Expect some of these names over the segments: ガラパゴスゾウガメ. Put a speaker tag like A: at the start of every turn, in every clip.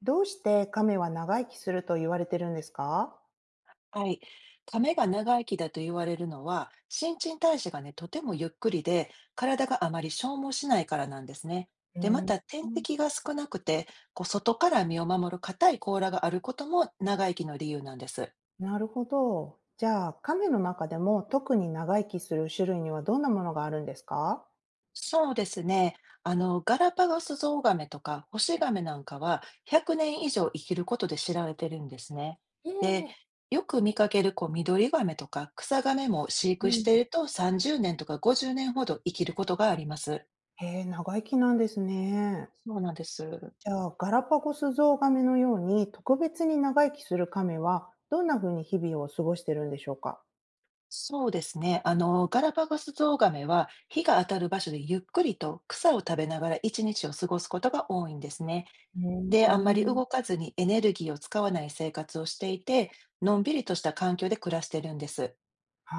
A: どうして亀は長生きすると言われてるんですか。
B: はい。亀が長生きだと言われるのは、新陳代謝がね、とてもゆっくりで、体があまり消耗しないからなんですね。
A: うー
B: で、ま
A: ん、
B: た天敵が少なくて、こう外から身を守る硬い甲羅があることも長生きの理由なんです。
A: なるほど。じゃあ、亀の中でも特に長生きする種類にはどんなものがあるんですか。
B: そうですね。ガラパゴスゾウガメとかホシガメなんかは100年以上生きることで知られてるんですね。で、
A: ええ。
B: よく見かけるこう緑ガメとか草ガメも飼
A: う
B: 育し
A: ん。
B: ていると30年とか50年ほど生きることがあります。
A: へえ、長生きなんですね。
B: そうなんです。
A: じゃあ、ガラパゴスゾウガメのように特別に長生きする亀はどんなふうに日々を過ごしてるんでしょうか。
B: そうですね。ガラパゴスゾウガメは、日が当たる場所でゆっくりと草を食べながら一日を過ごすことが多いんですね。
A: うー
B: で、あんまり
A: ん。
B: 動かずにエネルギーを使わない生活をしていて、のんびりとした環境で暮らしてるんです。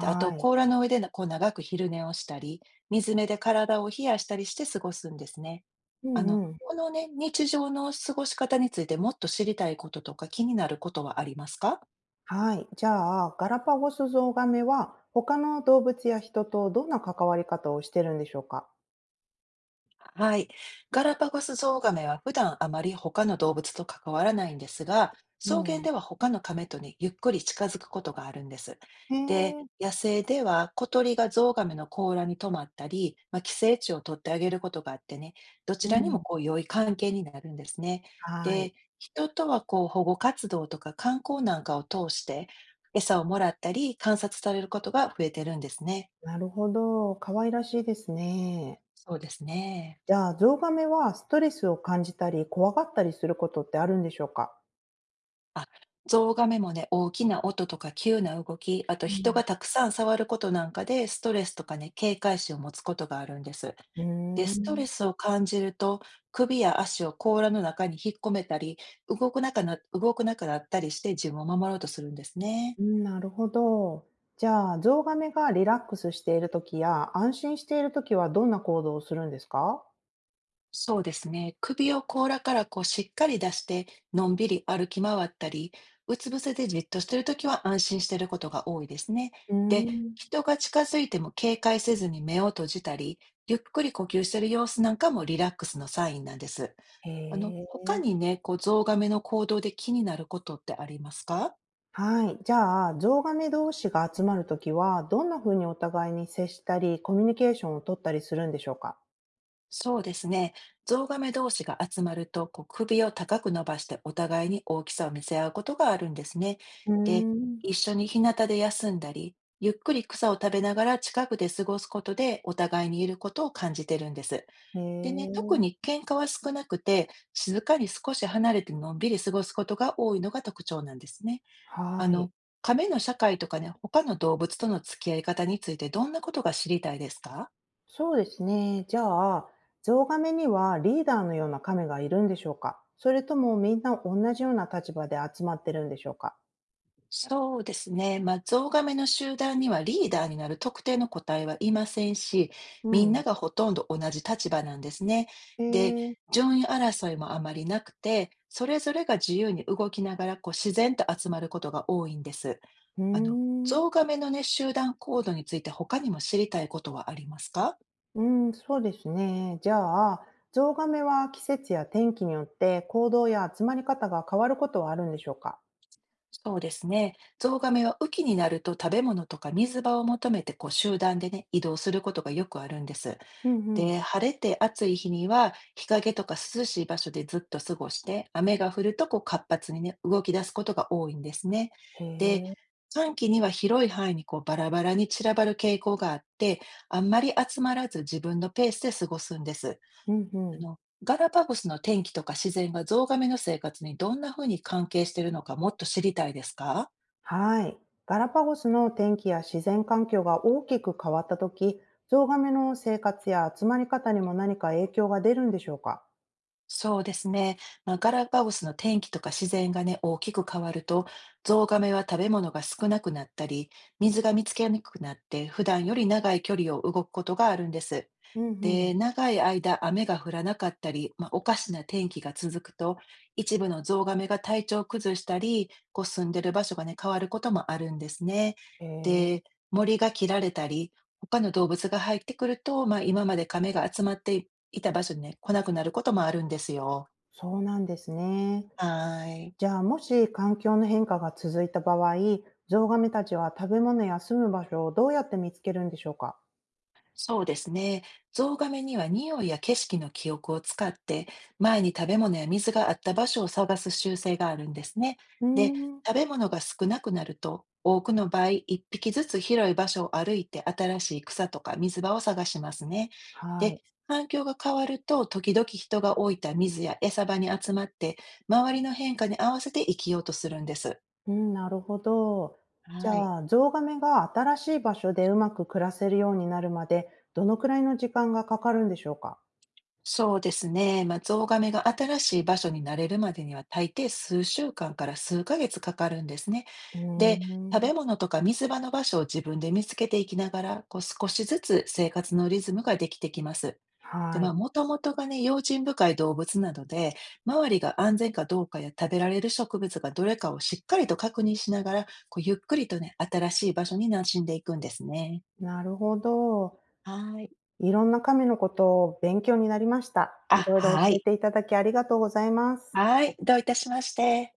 B: で、あと、
A: い。
B: 甲羅の上でなこう長く昼寝をしたり、水辺で体を冷やしたりして過ごすんですね。
A: うんうん。
B: このね、日常の過ごし方についてもっと知りたいこととか気になることはありますか？
A: はい。じゃあ、ガラパゴスゾウガメは、他の動物や人とどんな関わり方をしてるんでしょうか？
B: はい。ガラパゴスゾウガメは普段あまり他の動物と関わらないんですが、
A: う
B: 草原
A: ん。
B: では他のカメとね、ゆっくり近づくことがあるんです。
A: へ
B: で、
A: え。
B: 野生では小鳥がゾウガメの甲羅に止まったり、まあ、寄生虫を取ってあげることがあってね、どち
A: う
B: らにも
A: ん。
B: こう良い関係になるんですね。
A: はい。
B: で、人とはこう保護活動とか観光なんかを通して餌をもらったり観察されることが増えてるんですね。
A: なるほど。可愛らしいですね。
B: そうですね。
A: じゃあ、ゾウガメはストレスを感じたり、怖がったりすることってあるんでしょうか？
B: あ、ゾウガメもね、大きな音とか急な動き、あと
A: う
B: 人
A: ん。
B: がたくさん触ることなんかで、ストレスとかね、警戒心を持つことがあるんです。
A: うー
B: で、ストレ
A: ん。
B: スを感じると、首や足を甲羅の中に引っ込めたり、動くなくなったりして自分を守ろうとするんですね。
A: うん、なるほど。じゃあ、ゾウガメがリラックスしている時や、安心している時はどんな行動をするんですか？
B: そうですね。首を甲羅からこうしっかり出して、のんびり歩き回ったり、うつ伏せでじっとしているときは安心していることが多いですね。
A: うー
B: で、
A: ん。
B: 人が近づいても警戒せずに目を閉じたり、ゆっくり呼吸している様子なんかもリラックスのサインなんです。
A: へ
B: 他
A: え。
B: にね、こう、ゾウガメの行動で気になることってありますか？
A: はい。じゃあ、ゾウガメ同士が集まるときは、どんな風にお互いに接したり、コミュニケーションを取ったりするんでしょうか。
B: そうですね。ゾウガメ同士が集まると、こう首を高く伸ばしてお互いに大きさを見せ合うことがあるんですね。
A: うー
B: で、
A: ん。
B: 一緒に日向で休んだり、ゆっくり草を食べながら近くで過ごすことでお互いにいることを感じてるんです。
A: へ
B: でね、特
A: え。
B: に喧嘩は少なくて、静かに少し離れてのんびり過ごすことが多いのが特徴なんですね。あ
A: は
B: の、
A: い。
B: 亀の社会とかね、他の動物との付き合い方についてどんなことが知りたいですか？
A: そうですね。じゃあ、ゾウガメにはリーダーのようなカメがいるんでしょうか、それともみんな同じような立場で集まってるんでしょうか。
B: そうですね。まあ、ゾウガメの集団にはリーダーになる特定の個体はいませんし、
A: う
B: みんな
A: ん。
B: がほとんど同じ立場なんですね。
A: へ
B: で、
A: え。
B: 順位争いもあまりなくて、それぞれが自由に動きながらこう自然と集まることが多いんです。
A: うー
B: あの、
A: ん。
B: ゾウガメのね、集団行動について他にも知りたいことはありますか？
A: うん、そうですね。じゃあ、ゾウガメは季節や天気によって行動や集まり方が変わることはあるんでしょうか。
B: そうですね。ゾウガメは雨季になると食べ物とか水場を求めてこう集団でね、移動することがよくあるんです。
A: うんうん。
B: で、晴れて暑い日には、日陰とか涼しい場所でずっと過ごして、雨が降るとこう活発にね、動き出すことが多いんですね。
A: へ
B: で、
A: え。
B: 寒気には広い範囲にこうバラバラに散らばる傾向があって、あんまり集まらず自分のペースで過ごすんです。
A: うんう
B: あ
A: ん。
B: の、ガラパゴスの天気とか自然がゾウガメの生活にどんな風に関係しているのかもっと知りたいですか？
A: はい。ガラパゴスの天気や自然環境が大きく変わったとき、ゾウガメの生活や集まり方にも何か影響が出るんでしょうか。
B: そうですね。まあ、ガラパゴスの天気とか自然がね、大きく変わると、ゾウガメは食べ物が少なくなったり、水が見つけにくくなって、普段より長い距離を動くことがあるんです。
A: うんうん。
B: で、長い間雨が降らなかったり、まあ、おかしな天気が続くと、一部のゾウガメが体調を崩したり、こう住んでる場所がね、変わることもあるんですね。
A: へえ、
B: で、森が切られたり、他の動物が入ってくると、まあ、今までカメが集まっていた場所にね、来なくなることもあるんですよ。
A: そうなんですね。
B: はい。
A: じゃあ、もし環境の変化が続いた場合、ゾウガメたちは食べ物や住む場所をどうやって見つけるんでしょうか。
B: そうですね。ゾウガメには匂いや景色の記憶を使って、前に食べ物や水があった場所を探す習性があるんですね。
A: うー
B: で、食
A: ん。
B: べ物が少なくなると、多くの場合、一匹ずつ広い場所を歩いて新しい草とか水場を探しますね。
A: はい。
B: で、環境が変わると、時々人が置いた水や餌場に集まって、周りの変化に合わせて生きようとするんです。
A: うん、なるほど。じ
B: はい。
A: ゃあ、ゾウガメが新しい場所でうまく暮らせるようになるまで、どのくらいの時間がかかるんでしょうか？
B: そうですね。まあ、ゾウガメが新しい場所に慣れるまでには、大抵数週間から数ヶ月かかるんですね。
A: うー
B: で、食
A: ん、
B: べ物とか水場の場所を自分で見つけていきながら、こう少しずつ生活のリズムができてきます。で、
A: は
B: まあ、
A: い、
B: もともとがね、用心深い動物なので、周りが安全かどうかや食べられる植物がどれかをしっかりと確認しながら、こうゆっくりとね、新しい場所に馴染んでいくんですね。
A: なるほど。
B: はい。
A: いろんなカメのこと、勉強になりました。
B: あ、
A: いろいろ
B: は
A: 教え
B: い。
A: ていただきありがとうございます。
B: はい、どういたしまして。